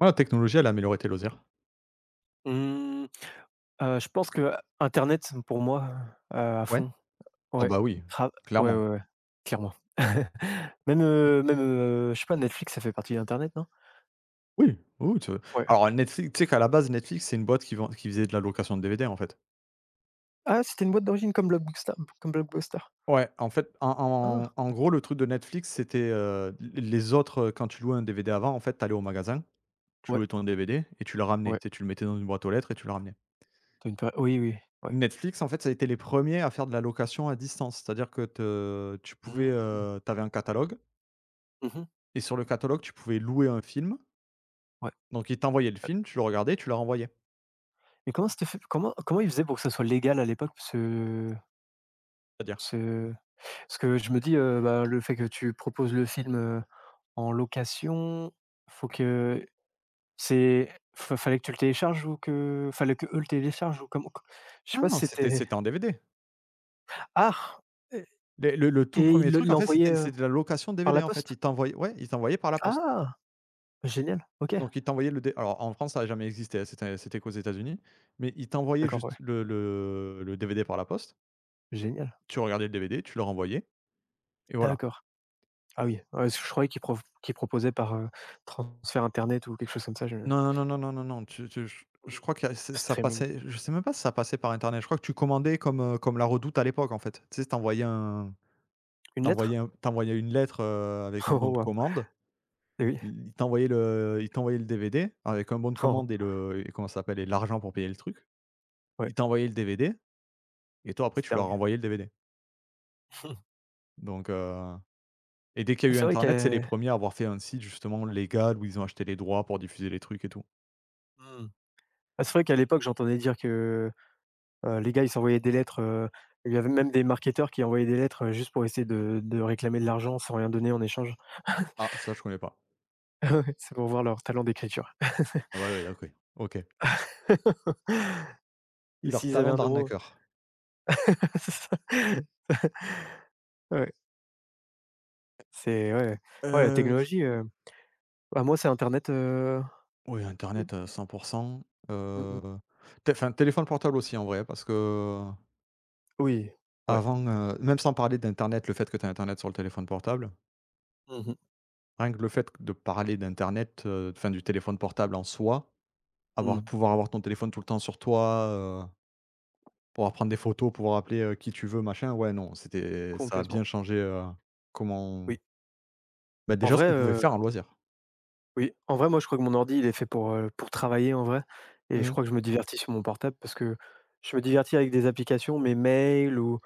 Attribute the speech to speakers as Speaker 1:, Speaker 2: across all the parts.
Speaker 1: Ouais, la technologie, elle a amélioré tes loisirs.
Speaker 2: Mmh, je pense que Internet pour moi, à
Speaker 1: Ouais.
Speaker 2: fond.
Speaker 1: Ah
Speaker 2: Ouais,
Speaker 1: bah oui,
Speaker 2: grave. Ouais,
Speaker 1: clairement.
Speaker 2: ouais, ouais, clairement. Même, je sais pas, Netflix, ça fait partie d'internet, non?
Speaker 1: Oui, oui, oui, tu
Speaker 2: Ouais.
Speaker 1: alors Netflix, tu sais qu'à la base Netflix, c'est une boîte qui faisait de la location de DVD, en fait.
Speaker 2: Ah, c'était une boîte d'origine comme Blockbuster comme Blockbuster.
Speaker 1: Ouais, en fait,
Speaker 2: Ah!
Speaker 1: en gros, le truc de Netflix, c'était, quand tu louais un DVD avant, en fait, t'allais au magasin, tu
Speaker 2: Ouais,
Speaker 1: louais ton DVD et tu le ramenais. Tu
Speaker 2: ouais,
Speaker 1: sais, tu le mettais dans une boîte aux lettres et tu le ramenais.
Speaker 2: tu as une péri oui, oui, ouais.
Speaker 1: Netflix, en fait, ça a été les premiers à faire de la location à distance. C'est-à-dire que
Speaker 2: Mmh.
Speaker 1: tu avais un catalogue
Speaker 2: Mmh mh.
Speaker 1: et sur le catalogue, tu pouvais louer un film.
Speaker 2: Ouais,
Speaker 1: Donc ils t'envoyaient le
Speaker 2: ouais.
Speaker 1: film, tu le regardais, tu le renvoyais.
Speaker 2: Mais comment c'était fait comment comment ils faisaient pour que ça soit légal à l'époque? Ce
Speaker 1: C'est-à-dire
Speaker 2: ce Parce que je me dis, bah, le fait que tu proposes le film, en location, faut que C'est fa fallait que tu le télécharges ou que fallait que eux le téléchargent ou comment? Je sais
Speaker 1: Ah
Speaker 2: pas si
Speaker 1: non, c'était
Speaker 2: c'était
Speaker 1: c'était en DVD.
Speaker 2: ah! Et
Speaker 1: Les le tout
Speaker 2: et
Speaker 1: premier
Speaker 2: ils le
Speaker 1: truc,
Speaker 2: ils
Speaker 1: en fait,
Speaker 2: l'envoyaient,
Speaker 1: c'était c'était de la location
Speaker 2: par
Speaker 1: DVD,
Speaker 2: la
Speaker 1: en fait.
Speaker 2: poste?
Speaker 1: Ils t'envoyaient Ouais, ils t'envoyaient par la poste.
Speaker 2: Ah! Génial, OK.
Speaker 1: Donc ils t'envoyaient le dé alors, en France, ça n'a jamais existé, hein, c'était qu'aux États-Unis, mais ils t'envoyaient
Speaker 2: D'accord,
Speaker 1: juste
Speaker 2: ouais.
Speaker 1: le DVD par la poste.
Speaker 2: Génial,
Speaker 1: Tu regardais le DVD, tu le renvoyais et voilà.
Speaker 2: d'accord. Ah oui, ouais, parce que je croyais qu'ils proposaient par, transfert internet ou quelque chose comme ça, je
Speaker 1: Non, non, non, non, non, non, tu tu je crois que c'est ça
Speaker 2: streaming.
Speaker 1: passait, je sais même pas si ça passait par internet. Je crois que tu commandais comme La Redoute à l'époque, en fait. Tu sais, tu un
Speaker 2: Une
Speaker 1: tu envoyais
Speaker 2: lettre?
Speaker 1: un tu une lettre, avec un
Speaker 2: Oh
Speaker 1: bon de
Speaker 2: Waouh!
Speaker 1: commande.
Speaker 2: Et oui.
Speaker 1: Il t'envoyait le DVD avec un bon de
Speaker 2: Oh.
Speaker 1: commande et comment ça s'appelle? Et l'argent pour payer le truc.
Speaker 2: Ouais,
Speaker 1: Il t'envoyait le DVD et toi après
Speaker 2: c'est
Speaker 1: tu leur
Speaker 2: dingue.
Speaker 1: renvoyais le DVD. Donc, et dès qu'il y a eu
Speaker 2: C'est vrai
Speaker 1: internet, c'est les
Speaker 2: qu'à
Speaker 1: premiers à avoir fait un site justement légal où ils ont acheté les droits pour diffuser les trucs et tout.
Speaker 2: mmh, bah, c'est vrai qu'à l'époque, j'entendais dire que les gars, ils s'envoyaient des lettres, il y avait même des marketeurs qui envoyaient des lettres, juste pour essayer de réclamer de l'argent sans rien donner en échange.
Speaker 1: Ah ça, je connais pas.
Speaker 2: C'est pour voir leur talent d'écriture.
Speaker 1: Ah ouais, ouais, donc oui. OK.
Speaker 2: Et
Speaker 1: Leur
Speaker 2: s'ils avaient
Speaker 1: talent
Speaker 2: un euro.
Speaker 1: d'arnaqueur.
Speaker 2: C'est ça. Ouais, c'est ouais, ouais, la
Speaker 1: Heu,
Speaker 2: technologie, bah, moi, c'est internet.
Speaker 1: oui, internet, 100,
Speaker 2: Mmh mh.
Speaker 1: heu, té enfin, téléphone portable aussi, en vrai, parce qu'avant,
Speaker 2: Oui, ouais.
Speaker 1: même sans parler d'internet, le fait que tu aies internet sur le téléphone portable.
Speaker 2: Mmh mh.
Speaker 1: Rien que le fait de parler d'internet, enfin du téléphone portable en soi, avoir
Speaker 2: Mmh.
Speaker 1: pouvoir avoir ton téléphone tout le temps sur toi, heu, pouvoir prendre des photos, pouvoir appeler, qui tu veux, machin, ouais, non, c'était ça a
Speaker 2: Complètement,
Speaker 1: bien changé, comment
Speaker 2: oui.
Speaker 1: bah,
Speaker 2: En
Speaker 1: déjà ce
Speaker 2: vrai,
Speaker 1: qu'on pouvait
Speaker 2: heu,
Speaker 1: faire en loisir.
Speaker 2: oui, en vrai, moi, je crois que mon ordi, il est fait pour travailler, en vrai et je
Speaker 1: Mmh
Speaker 2: crois que je me divertis sur mon portable parce que je me divertis avec des applications, mes mails ou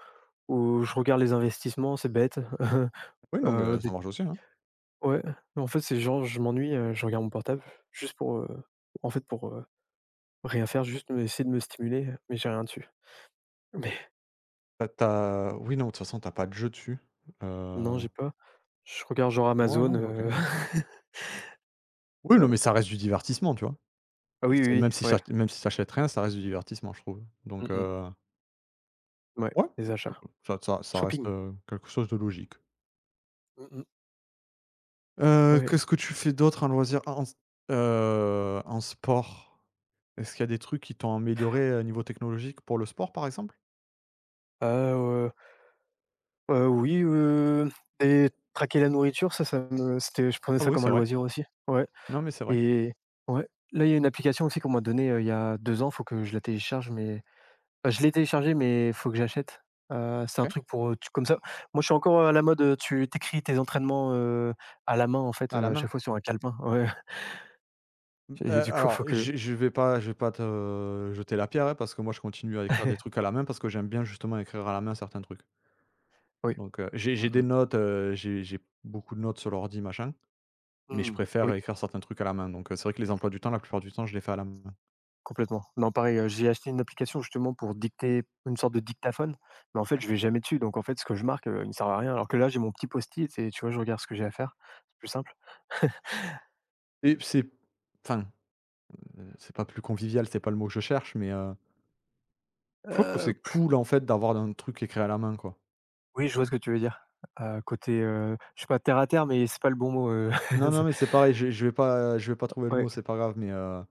Speaker 2: Ou je regarde les investissements, c'est bête.
Speaker 1: Oui, non, mais ça
Speaker 2: Des
Speaker 1: marche aussi, hein.
Speaker 2: Ouais, en fait, c'est genre je m'ennuie, je regarde mon portable juste pour rien faire, juste me essayer de me stimuler, mais j'ai rien dessus. Mais
Speaker 1: Bah, tu oui, non, de toute façon, t'as pas de jeu dessus.
Speaker 2: non,
Speaker 1: Heu,
Speaker 2: j'ai pas. Je regarde genre
Speaker 1: ouais, non,
Speaker 2: Amazon,
Speaker 1: mais OK. Oui, non, mais
Speaker 2: ouais.
Speaker 1: ça reste du divertissement, tu vois?
Speaker 2: Ah oui,
Speaker 1: C'est
Speaker 2: oui,
Speaker 1: même si
Speaker 2: oui,
Speaker 1: ça
Speaker 2: ouais.
Speaker 1: Même si tu achètes rien, ça reste du divertissement, je trouve.
Speaker 2: Mmh
Speaker 1: Donc,
Speaker 2: mh. Ouais,
Speaker 1: ouais,
Speaker 2: les achats.
Speaker 1: ça reste,
Speaker 2: Shopping.
Speaker 1: quelque chose de logique.
Speaker 2: Mmh mh. Ouais.
Speaker 1: Qu'est-ce que tu fais d'autre en loisir? En sport, est-ce qu'il y a des trucs qui t'ont amélioré, niveau technologique pour le sport, par exemple?
Speaker 2: Ah, oui, et traquer la nourriture, ça me c'était je prenais
Speaker 1: Ah
Speaker 2: ça
Speaker 1: oui,
Speaker 2: comme un
Speaker 1: c'est vrai.
Speaker 2: loisir aussi. Ouais.
Speaker 1: Non, mais c'est vrai.
Speaker 2: Et ouais, là, il y a une application aussi qu'on m'a donnée, il y a 2 ans, faut que je la télécharge, mais bah, je l'ai téléchargée, mais faut que j'achète. C'est un
Speaker 1: OK.
Speaker 2: truc pour, tu comme ça moi, je suis encore à la mode, tu écris tes entraînements, à la main, en fait,
Speaker 1: À la
Speaker 2: à
Speaker 1: main.
Speaker 2: chaque fois sur un calepin. Ouais.
Speaker 1: Mmh,
Speaker 2: Et du coup,
Speaker 1: alors
Speaker 2: faut que
Speaker 1: je vais pas te jeter la pierre, hein, parce que moi je continue à écrire des trucs à la main parce que j'aime bien justement écrire à la main certains trucs.
Speaker 2: oui.
Speaker 1: Donc, j'ai
Speaker 2: Mmh
Speaker 1: j'ai des
Speaker 2: mh.
Speaker 1: notes, j'ai beaucoup de notes sur l'ordi, machin, mais je
Speaker 2: Mmh.
Speaker 1: préfère
Speaker 2: Oui,
Speaker 1: écrire certains trucs à la main. Donc, c'est vrai que les emplois du temps, la plupart du temps, je les fais à la main.
Speaker 2: complètement. Non, pareil, j'ai acheté une application justement pour dicter, une sorte de dictaphone, mais en fait,
Speaker 1: Ouais.
Speaker 2: je vais jamais dessus, donc en fait, ce que je marque, il me sert à rien, alors que là, j'ai mon petit post-it et tu vois, je regarde ce que j'ai à faire, c'est plus simple.
Speaker 1: Et c'est enfin, c'est pas plus convivial, c'est pas le mot que je cherche, mais, je trouve que
Speaker 2: Heu
Speaker 1: c'est cool, en fait, d'avoir un truc écrit à la main, quoi.
Speaker 2: Oui, je vois ce que tu veux dire. Côté, je suis pas terre à terre, mais c'est pas le bon mot,
Speaker 1: Non, non,
Speaker 2: c'est
Speaker 1: mais c'est pareil, je vais pas trouver le
Speaker 2: ouais,
Speaker 1: mot, c'est pas grave, mais,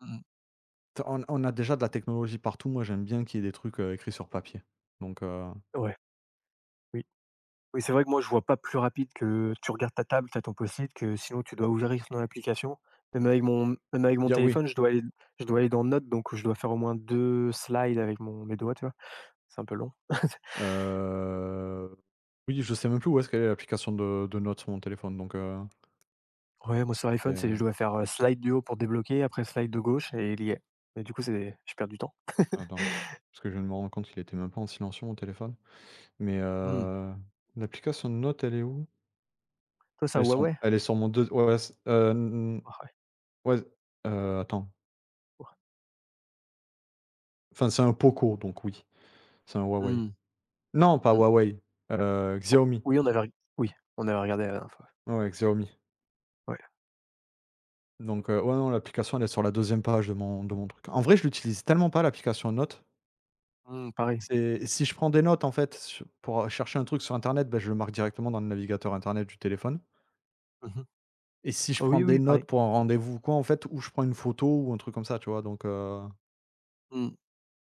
Speaker 2: mmh
Speaker 1: tu on a déjà de la technologie partout. Moi, j'aime bien qu'il y ait des trucs, écrits sur papier, donc,
Speaker 2: ouais, oui. Oui, c'est vrai que moi, je vois pas plus rapide que tu regardes ta table, tu as ton post-it, que sinon tu dois ouvrir ton application. Même avec mon même avec
Speaker 1: il
Speaker 2: mon
Speaker 1: y a oui,
Speaker 2: téléphone, je dois aller dans notes, donc je dois faire au moins 2 slides avec mon mes doigts, tu vois? C'est un peu long.
Speaker 1: heu, oui, je sais même plus où est-ce qu'elle est l'application de notes sur mon téléphone, donc,
Speaker 2: Ouais, moi, sur iPhone, c'est
Speaker 1: c'est
Speaker 2: je dois faire, slide du haut pour débloquer, après slide de gauche et lié. Mais du coup, c'est je perds du temps.
Speaker 1: attends, parce que je viens de me rendre compte qu'il était même pas en silencieux, mon téléphone, mais,
Speaker 2: Mmh.
Speaker 1: l'application de notes, elle est où?
Speaker 2: Toi, c'est
Speaker 1: Elle
Speaker 2: un
Speaker 1: est sur
Speaker 2: Huawei?
Speaker 1: elle est sur mon deux, ouais, c
Speaker 2: Ah ouais.
Speaker 1: ouais, attends. Enfin, c'est un Poco, donc oui, c'est un Huawei.
Speaker 2: Mmh.
Speaker 1: Non, pas Huawei, Xiaomi.
Speaker 2: oui, on avait reg oui, on avait regardé la dernière fois.
Speaker 1: Ouais, ouais, Xiaomi.
Speaker 2: Ouais.
Speaker 1: Donc, ouais, non, l'application, elle est sur la deuxième page de mon truc. En vrai, je l'utilise tellement pas, l'application notes.
Speaker 2: Mmh, pareil.
Speaker 1: C'est Si je prends des notes, en fait, su pour, chercher un truc sur internet, ben je le marque directement dans le navigateur internet du téléphone,
Speaker 2: Mmh mh.
Speaker 1: et si je prends
Speaker 2: Oui,
Speaker 1: des
Speaker 2: oui, pareil.
Speaker 1: notes pour un rendez-vous ou quoi, en fait, ou je prends une photo ou un truc comme ça, tu vois? Donc,
Speaker 2: Mmh.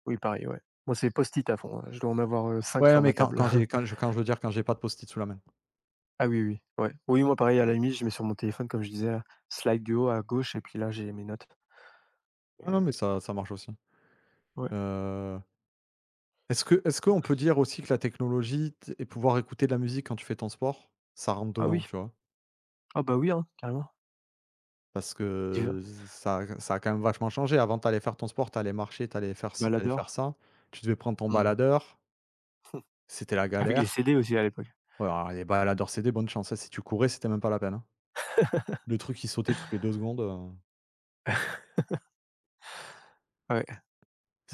Speaker 2: Oui, pareil, ouais. Moi, c'est post-it à fond, hein. Je dois en avoir 5
Speaker 1: ouais, non,
Speaker 2: sur
Speaker 1: mais
Speaker 2: ma
Speaker 1: quand
Speaker 2: table.
Speaker 1: quand j'ai quand je veux dire, quand j'ai pas de post-it sous la main.
Speaker 2: Ah oui, oui, ouais. Oui, moi, pareil, à la limite, je mets sur mon téléphone, comme je disais là, slide du haut à gauche et puis là, j'ai mes notes
Speaker 1: Ah non,
Speaker 2: et
Speaker 1: mais ça marche aussi.
Speaker 2: ouais.
Speaker 1: Heu est-ce qu'on peut dire aussi que la technologie t et pouvoir écouter de la musique quand tu fais ton sport, ça rentre
Speaker 2: Ah
Speaker 1: dedans,
Speaker 2: oui,
Speaker 1: tu vois?
Speaker 2: ah bah oui, hein, carrément.
Speaker 1: Parce
Speaker 2: Divers,
Speaker 1: que ça a quand même vachement changé. Avant, t'allais faire ton sport, t'allais marcher, t'allais faire ci, t'allais faire
Speaker 2: baladeur.
Speaker 1: ça. Tu devais prendre ton
Speaker 2: Mmh.
Speaker 1: baladeur, c'était la
Speaker 2: Avec les
Speaker 1: galère.
Speaker 2: CD aussi à l'époque.
Speaker 1: Ouais, alors les baladeurs CD, bonne chance, hein, si tu courais, c'était même pas la peine, hein. Le truc qui sautait toutes les 2 secondes,
Speaker 2: Ouais,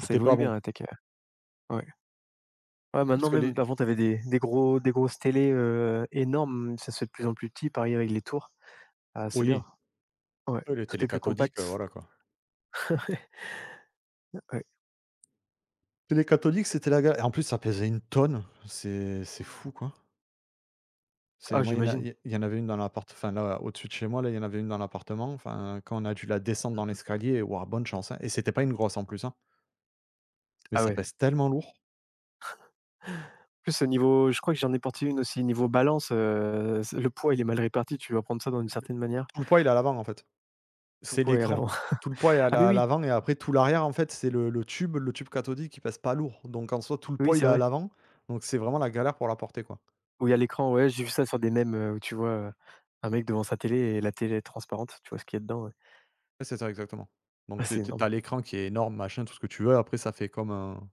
Speaker 2: ça
Speaker 1: pas
Speaker 2: évolue bien
Speaker 1: bon.
Speaker 2: la tech, ouais. Ouais,
Speaker 1: Parce
Speaker 2: maintenant
Speaker 1: que
Speaker 2: même,
Speaker 1: les
Speaker 2: avant, t'avais des grosses télés, énormes, ça se fait de plus en plus petit, pareil avec les tours. Ah, c'est bien.
Speaker 1: Oui,
Speaker 2: Ouais,
Speaker 1: oui, les
Speaker 2: tout
Speaker 1: télés
Speaker 2: est plus compact.
Speaker 1: cathodiques, voilà, quoi.
Speaker 2: Ouais, ouais.
Speaker 1: Les cathodiques, c'était la galère. Et en plus, ça pesait une tonne. C'est fou, quoi.
Speaker 2: Ah j'imagine.
Speaker 1: Il y en avait une dans l'appart, enfin là, au-dessus de chez moi, là, il y en avait une dans l'appartement, enfin, quand on a dû la descendre dans l'escalier, waouh, bonne chance, hein, et c'était pas une grosse en plus, hein, mais
Speaker 2: Ah
Speaker 1: ça
Speaker 2: ouais.
Speaker 1: pèse tellement lourd.
Speaker 2: En plus au niveau je crois que j'en ai porté une aussi niveau balance, c le poids il est mal réparti, tu dois prendre ça dans une certaine manière.
Speaker 1: Tout le poids, il est à l'avant, en fait.
Speaker 2: Tout le
Speaker 1: C'est
Speaker 2: poids est à l'avant.
Speaker 1: l'écran. Tout le poids est
Speaker 2: Ah mais
Speaker 1: à
Speaker 2: oui,
Speaker 1: l'avant et après tout l'arrière, en fait, c'est le tube cathodique qui pèse pas lourd, donc en soi, tout le
Speaker 2: oui
Speaker 1: poids, il
Speaker 2: c'est
Speaker 1: est à
Speaker 2: vrai.
Speaker 1: l'avant, donc c'est vraiment la galère pour la porter, quoi.
Speaker 2: Où il y a l'écran, ouais, j'ai vu ça sur des mèmes, où tu vois, un mec devant sa télé et la télé est transparente, tu vois ce qu'il y a dedans, ouais.
Speaker 1: Ouais, c'est ça, exactement. Donc
Speaker 2: Ouais
Speaker 1: tu es
Speaker 2: c'est
Speaker 1: tu
Speaker 2: énorme.
Speaker 1: L'écran qui est énorme, machin, tout ce que tu veux, après ça fait comme un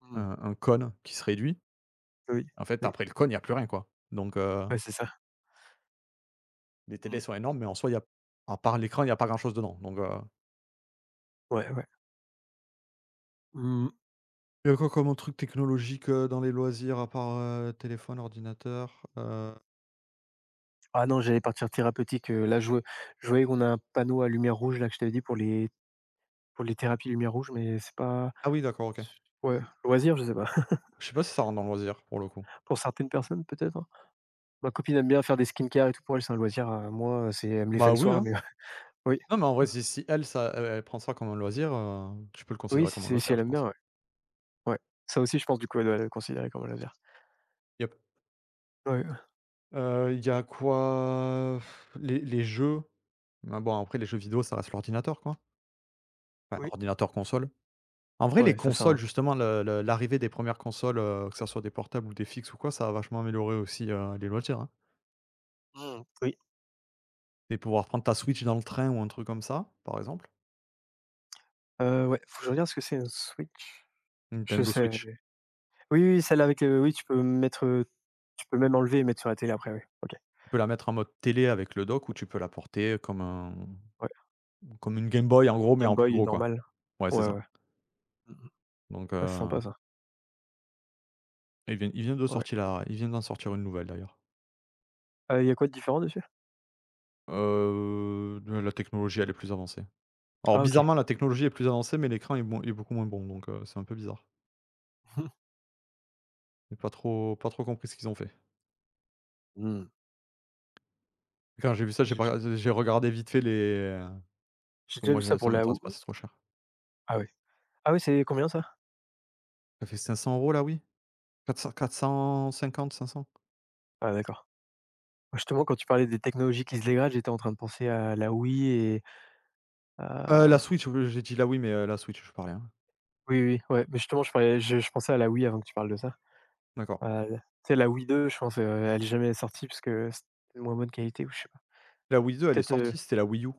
Speaker 2: Mmh.
Speaker 1: un un cône qui se réduit.
Speaker 2: Oui,
Speaker 1: En fait,
Speaker 2: oui.
Speaker 1: après le cône, il y a plus rien, quoi,
Speaker 2: Ouais c'est ça.
Speaker 1: les télés
Speaker 2: Mmh.
Speaker 1: sont énormes, mais en soi, il y a à part l'écran, il y a pas grand-chose dedans,
Speaker 2: Ouais, ouais. Mmh.
Speaker 1: il y a quoi comme truc technologique, dans les loisirs, à part, téléphone, ordinateur?
Speaker 2: Ah non, j'allais partir thérapeutique, là je voyais qu'on a un panneau à lumière rouge là que je t'avais dit pour les thérapies lumière rouge mais c'est pas.
Speaker 1: Ah oui, d'accord, OK.
Speaker 2: Ouais, loisir, je sais pas.
Speaker 1: Je sais pas si ça rentre dans le loisir, pour le coup.
Speaker 2: Pour certaines personnes, peut-être? Hein. Ma copine aime bien faire des skincare et tout, pour elle, c'est un loisir, moi, c'est elle me les fait
Speaker 1: Bah
Speaker 2: le
Speaker 1: oui,
Speaker 2: soir,
Speaker 1: hein.
Speaker 2: mais oui,
Speaker 1: Non, mais en vrai, si elle prend ça comme un loisir, tu peux le
Speaker 2: oui,
Speaker 1: considérer comme un
Speaker 2: si
Speaker 1: loisir,
Speaker 2: elle
Speaker 1: je
Speaker 2: aime bien,
Speaker 1: pense.
Speaker 2: ouais. Ouais. Ça aussi, je pense, du coup, elle doit le considérer comme un loisir.
Speaker 1: Yep.
Speaker 2: Ouais,
Speaker 1: Il y a quoi? Les jeux? Ah bon, après les jeux vidéo, ça reste l'ordinateur, quoi. Enfin,
Speaker 2: oui,
Speaker 1: ordinateur, console. En vrai, les
Speaker 2: ouais, ça,
Speaker 1: consoles justement, le l'arrivée des premières consoles, que ça soit des portables ou des fixes ou quoi, ça a vachement amélioré aussi, les loisirs, hein.
Speaker 2: oui,
Speaker 1: Et pouvoir prendre ta Switch dans le train ou un truc comme ça, par exemple,
Speaker 2: ouais, faut que je regarde ce que c'est un Switch? Je
Speaker 1: Nintendo
Speaker 2: sais,
Speaker 1: Switch,
Speaker 2: mais oui, oui, celle avec, oui, tu peux mettre, tu peux même enlever et mettre sur la télé après, oui. OK,
Speaker 1: tu peux la mettre en mode télé avec le dock ou tu peux la porter
Speaker 2: ouais,
Speaker 1: comme une Game Boy en gros,
Speaker 2: une
Speaker 1: mais
Speaker 2: Game
Speaker 1: en plus
Speaker 2: Boy
Speaker 1: gros, quoi.
Speaker 2: normale.
Speaker 1: Ouais, c'est
Speaker 2: Ouais,
Speaker 1: ça.
Speaker 2: ouais. Mmh mh.
Speaker 1: Donc,
Speaker 2: Ouais, c'est sympa ça,
Speaker 1: ils viennent de
Speaker 2: ouais,
Speaker 1: sortir la ils viennent d'en sortir une nouvelle d'ailleurs.
Speaker 2: il y a quoi de différent dessus?
Speaker 1: La technologie, elle est plus avancée. Alors
Speaker 2: Ah OK.
Speaker 1: bizarrement, la technologie est plus avancée, mais l'écran est beaucoup moins bon, donc, c'est un peu bizarre. J'ai pas trop compris ce qu'ils ont fait.
Speaker 2: Mmh.
Speaker 1: Quand j'ai vu ça, j'ai
Speaker 2: J'ai
Speaker 1: pas
Speaker 2: déjà
Speaker 1: regardé j'ai regardé vite fait les, parce
Speaker 2: j'ai
Speaker 1: que
Speaker 2: déjà
Speaker 1: moi
Speaker 2: vu ça
Speaker 1: je ça
Speaker 2: pour la
Speaker 1: m'intéresse
Speaker 2: ou
Speaker 1: pas, c'est trop cher.
Speaker 2: ah oui. Ah oui, c'est combien ça?
Speaker 1: Ça fait 500 €, la Wii? 400-450-500?
Speaker 2: Ah d'accord. Justement, quand tu parlais des technologies qui se dégradent, j'étais en train de penser à la Wii et
Speaker 1: La
Speaker 2: à
Speaker 1: Switch, oui, j'ai dit la Wii, mais, la Switch, je parlais, hein.
Speaker 2: oui, oui, oui, ouais, mais justement, je parlais je pensais à la Wii avant que tu parles de ça.
Speaker 1: D'accord.
Speaker 2: Heu, Tu sais, la Wii 2, je pense, elle est jamais sortie parce que c'était de moins bonne qualité ou je sais pas.
Speaker 1: La Wii 2, elle est
Speaker 2: Peut-être,
Speaker 1: sortie, c'était la Wii U,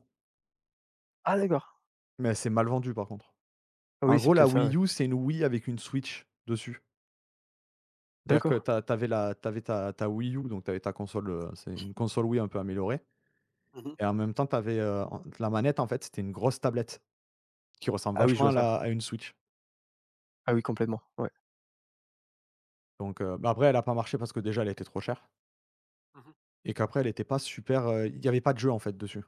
Speaker 2: ah d'accord.
Speaker 1: mais elle s'est mal vendue, par contre.
Speaker 2: Ah
Speaker 1: En
Speaker 2: oui, c'est
Speaker 1: gros, la
Speaker 2: peut-être ça, ouais.
Speaker 1: Wii U, c'est une Wii avec une Switch dessus. C'est-à-dire que
Speaker 2: D'accord.
Speaker 1: tu as tu avais la tu avais ta ta Wii U, donc tu avais ta console, c'est une console Wii un peu améliorée,
Speaker 2: Mmh.
Speaker 1: et en même temps, tu avais, en la manette, en fait, c'était une grosse tablette qui ressemble
Speaker 2: Ah oui, je
Speaker 1: vachement
Speaker 2: vois
Speaker 1: à
Speaker 2: ça.
Speaker 1: la à une Switch.
Speaker 2: Ah oui, complètement, ouais.
Speaker 1: Donc bah, après elle a pas marché parce que déjà elle était trop chère.
Speaker 2: Mmh.
Speaker 1: Et qu'après elle était pas super, il y avait pas de jeu en fait dessus.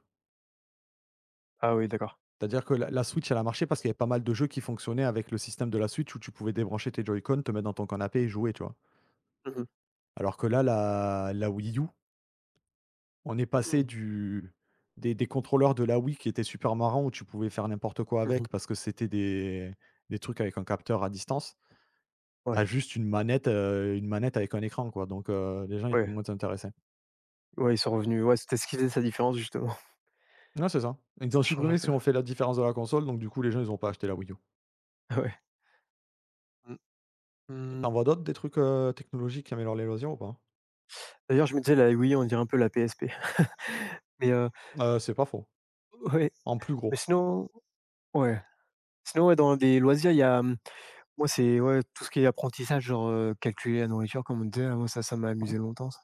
Speaker 2: Ah oui, d'accord.
Speaker 1: C'est-à-dire que la Switch elle a marché parce qu'il y avait pas mal de jeux qui fonctionnaient avec le système de la Switch où tu pouvais débrancher tes Joy-Con, te mettre dans ton canapé et jouer, tu vois?
Speaker 2: Mmh mh.
Speaker 1: Alors que là, la Wii U, on est passé
Speaker 2: Mmh.
Speaker 1: du des contrôleurs de la Wii qui étaient super marrants où tu pouvais faire n'importe quoi avec
Speaker 2: Mmh.
Speaker 1: parce que c'était des trucs avec un capteur à distance,
Speaker 2: Ouais,
Speaker 1: à juste une manette avec un écran quoi donc les gens étaient
Speaker 2: ouais,
Speaker 1: moins intéressés.
Speaker 2: ouais, ils sont revenus. Ouais, c'était ce qui faisait sa différence justement.
Speaker 1: Non, c'est ça. Ils ont
Speaker 2: Ça change un
Speaker 1: supprimé ce qui
Speaker 2: peu.
Speaker 1: ont fait la différence de la console donc du coup les gens ils ont pas acheté la Wii U.
Speaker 2: Ah Ouais. Mmh. Mmh.
Speaker 1: T'en vois d'autres des trucs, technologiques qui améliorent les loisirs ou pas?
Speaker 2: D'ailleurs, je me disais la Wii, on dirait un peu la PSP. Mais
Speaker 1: C'est pas faux.
Speaker 2: ouais,
Speaker 1: En plus
Speaker 2: mais
Speaker 1: gros.
Speaker 2: sinon ouais. Sinon, ouais, dans les loisirs, il y a, moi, c'est, ouais, tout ce qui est apprentissage, genre, calculer la nourriture, comme on disait, moi, ça m'a
Speaker 1: Ouais.
Speaker 2: amusé longtemps, ça.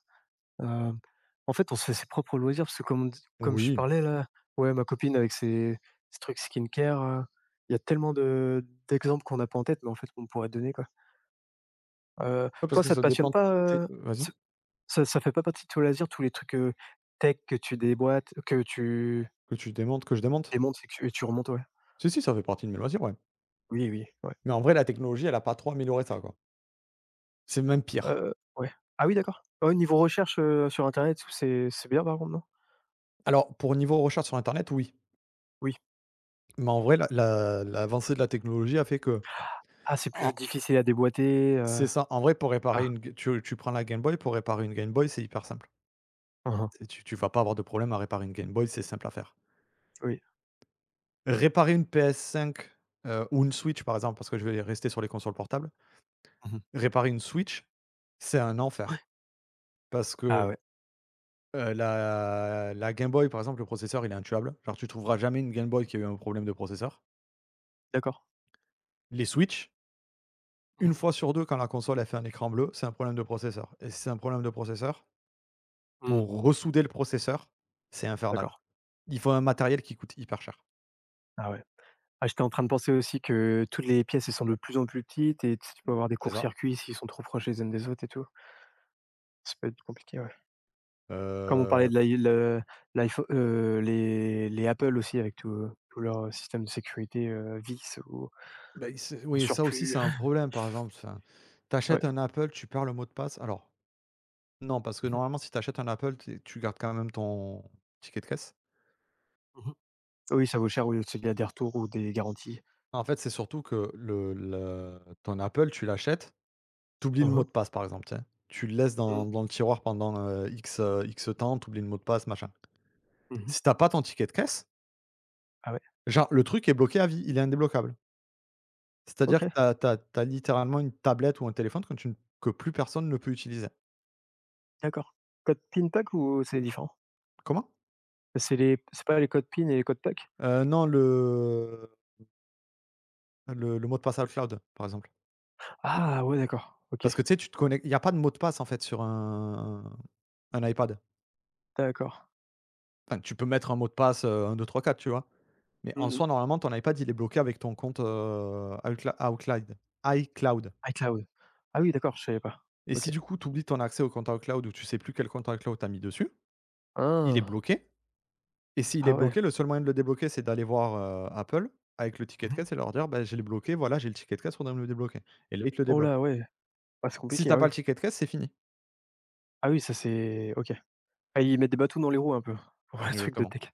Speaker 2: Hem, En fait, on se fait ses propres loisirs parce que comme on dis comme je
Speaker 1: Oui.
Speaker 2: parlais là, ouais, ma copine avec ses trucs skincare, il y a tellement de d'exemples qu'on n'a pas en tête, mais en fait, qu'on pourrait donner, quoi.
Speaker 1: Ouais, parce
Speaker 2: Toi,
Speaker 1: que
Speaker 2: ça
Speaker 1: ça
Speaker 2: te passionne
Speaker 1: dépend
Speaker 2: pas,
Speaker 1: de tes, vas-y?
Speaker 2: ce ça ça fait pas partie de tes loisirs, tous les trucs, tech que tu déboîtes, que tu
Speaker 1: Que tu démontes, que je démonte?
Speaker 2: démontes et que tu remontes, ouais?
Speaker 1: Si, si, ça fait partie de mes loisirs, ouais.
Speaker 2: Oui, oui, ouais.
Speaker 1: Mais en vrai, la technologie, elle a pas trop amélioré ça, quoi. C'est même pire.
Speaker 2: Ouais. Ah oui d'accord. Ouais, niveau recherche, sur internet c'est bien par contre, non?
Speaker 1: Alors, pour niveau recherche sur internet, oui.
Speaker 2: Oui.
Speaker 1: Mais en vrai, la l'avancée de la technologie a fait que
Speaker 2: Ah, c'est plus
Speaker 1: en
Speaker 2: difficile à déboîter,
Speaker 1: c'est ça. En vrai, pour réparer
Speaker 2: ah,
Speaker 1: une G tu prends la Game Boy, pour réparer une Game Boy, c'est hyper simple.
Speaker 2: hein, hein,
Speaker 1: C'est tu tu vas pas avoir de problème à réparer une Game Boy, c'est simple à faire.
Speaker 2: oui.
Speaker 1: Réparer une PS5, ou une Switch, par exemple, parce que je vais rester sur les consoles portables.
Speaker 2: Mmh mh.
Speaker 1: Réparer une Switch, c'est un enfer parce
Speaker 2: Ah
Speaker 1: que,
Speaker 2: ouais,
Speaker 1: la Game Boy, par exemple, le processeur, il est intuable. Genre, tu trouveras jamais une Game Boy qui a eu un problème de processeur.
Speaker 2: d'accord.
Speaker 1: Les Switch,
Speaker 2: Mmh
Speaker 1: une
Speaker 2: mh.
Speaker 1: fois sur 2 quand la console, a fait un écran bleu, c'est un problème de processeur et si c'est un problème de processeur,
Speaker 2: Mmh,
Speaker 1: pour ressouder le processeur, c'est infernal.
Speaker 2: d'accord.
Speaker 1: Il faut un matériel qui coûte hyper cher.
Speaker 2: Ah ouais. Ah, j'étais en train de penser aussi que toutes les pièces, elles sont de plus en plus petites et tu sais, tu peux avoir des
Speaker 1: C'est ça.
Speaker 2: courts-circuits s'ils sont trop proches les unes des autres et tout. Ça peut être compliqué, ouais. Comme on parlait
Speaker 1: Heu
Speaker 2: de l'i le l'iPho les Apple aussi avec tout, tout leur système de sécurité, vis ou
Speaker 1: Bah, c'est
Speaker 2: en
Speaker 1: oui, ça aussi, c'est
Speaker 2: surplus.
Speaker 1: un problème, par exemple, enfin,
Speaker 2: Ouais.
Speaker 1: tu un Apple, tu perds le mot de passe. Alors, non, parce que normalement, si t'achètes un Apple, tu gardes quand même ton ticket de caisse.
Speaker 2: Mmh mh. Mmh mh. Oui, ça vaut cher, oui, c'est qu'il y a des retours ou des garanties.
Speaker 1: En fait, c'est surtout que le ton Apple, tu l'achètes, t'oublies le
Speaker 2: Mmh
Speaker 1: mot de
Speaker 2: mh.
Speaker 1: passe, par exemple, Tu le laisses dans
Speaker 2: Mmh.
Speaker 1: dans le tiroir pendant, X temps, t'oublies le mot de passe, machin.
Speaker 2: Mmh.
Speaker 1: Si t'as pas ton ticket de caisse,
Speaker 2: Ah ouais,
Speaker 1: genre, le truc est bloqué à vie, il est indébloquable. C'est-à-dire
Speaker 2: OK,
Speaker 1: que t'as t'as tu littéralement une tablette ou un téléphone que plus personne ne peut utiliser.
Speaker 2: d'accord. Code PIN PAC ou c'est différent?
Speaker 1: Comment?
Speaker 2: C'est pas les codes PIN et les codes PAC?
Speaker 1: Non, le mot de passe iCloud par exemple.
Speaker 2: Ah ouais, d'accord, OK,
Speaker 1: Parce que tu sais, tu te connectes il y a pas de mot de passe en fait sur un iPad.
Speaker 2: d'accord.
Speaker 1: Enfin, tu peux mettre un mot de passe, 1-2-3-4, tu vois? Mais en
Speaker 2: Mmh mh.
Speaker 1: soi, normalement, ton iPad, il est bloqué avec ton compte, Outla Outloud iCloud.
Speaker 2: iCloud. Ah oui, d'accord, je savais pas.
Speaker 1: Et si
Speaker 2: OK.
Speaker 1: du coup, tu oublies ton accès au compte iCloud ou tu sais plus quel compte iCloud t'as mis dessus, il est
Speaker 2: Ah!
Speaker 1: bloqué et s'il est
Speaker 2: Ah ouais.
Speaker 1: bloqué, le seul moyen de le débloquer, c'est d'aller voir, Apple avec le ticket de
Speaker 2: Mmh.
Speaker 1: caisse et leur dire: «Bah, je l'ai bloqué, voilà, j'ai le ticket de caisse, faudrait me le débloquer» et là, ils te le
Speaker 2: Oh
Speaker 1: débloque.
Speaker 2: là, ouais. Ah, c'est
Speaker 1: Si
Speaker 2: compliqué,
Speaker 1: t'as
Speaker 2: ah
Speaker 1: pas
Speaker 2: oui.
Speaker 1: le ticket de caisse, c'est fini.
Speaker 2: Ah oui, ça c'est OK. Ah, ils mettent des bâtons dans les roues un peu pour les trucs de
Speaker 1: Exactement.
Speaker 2: tech.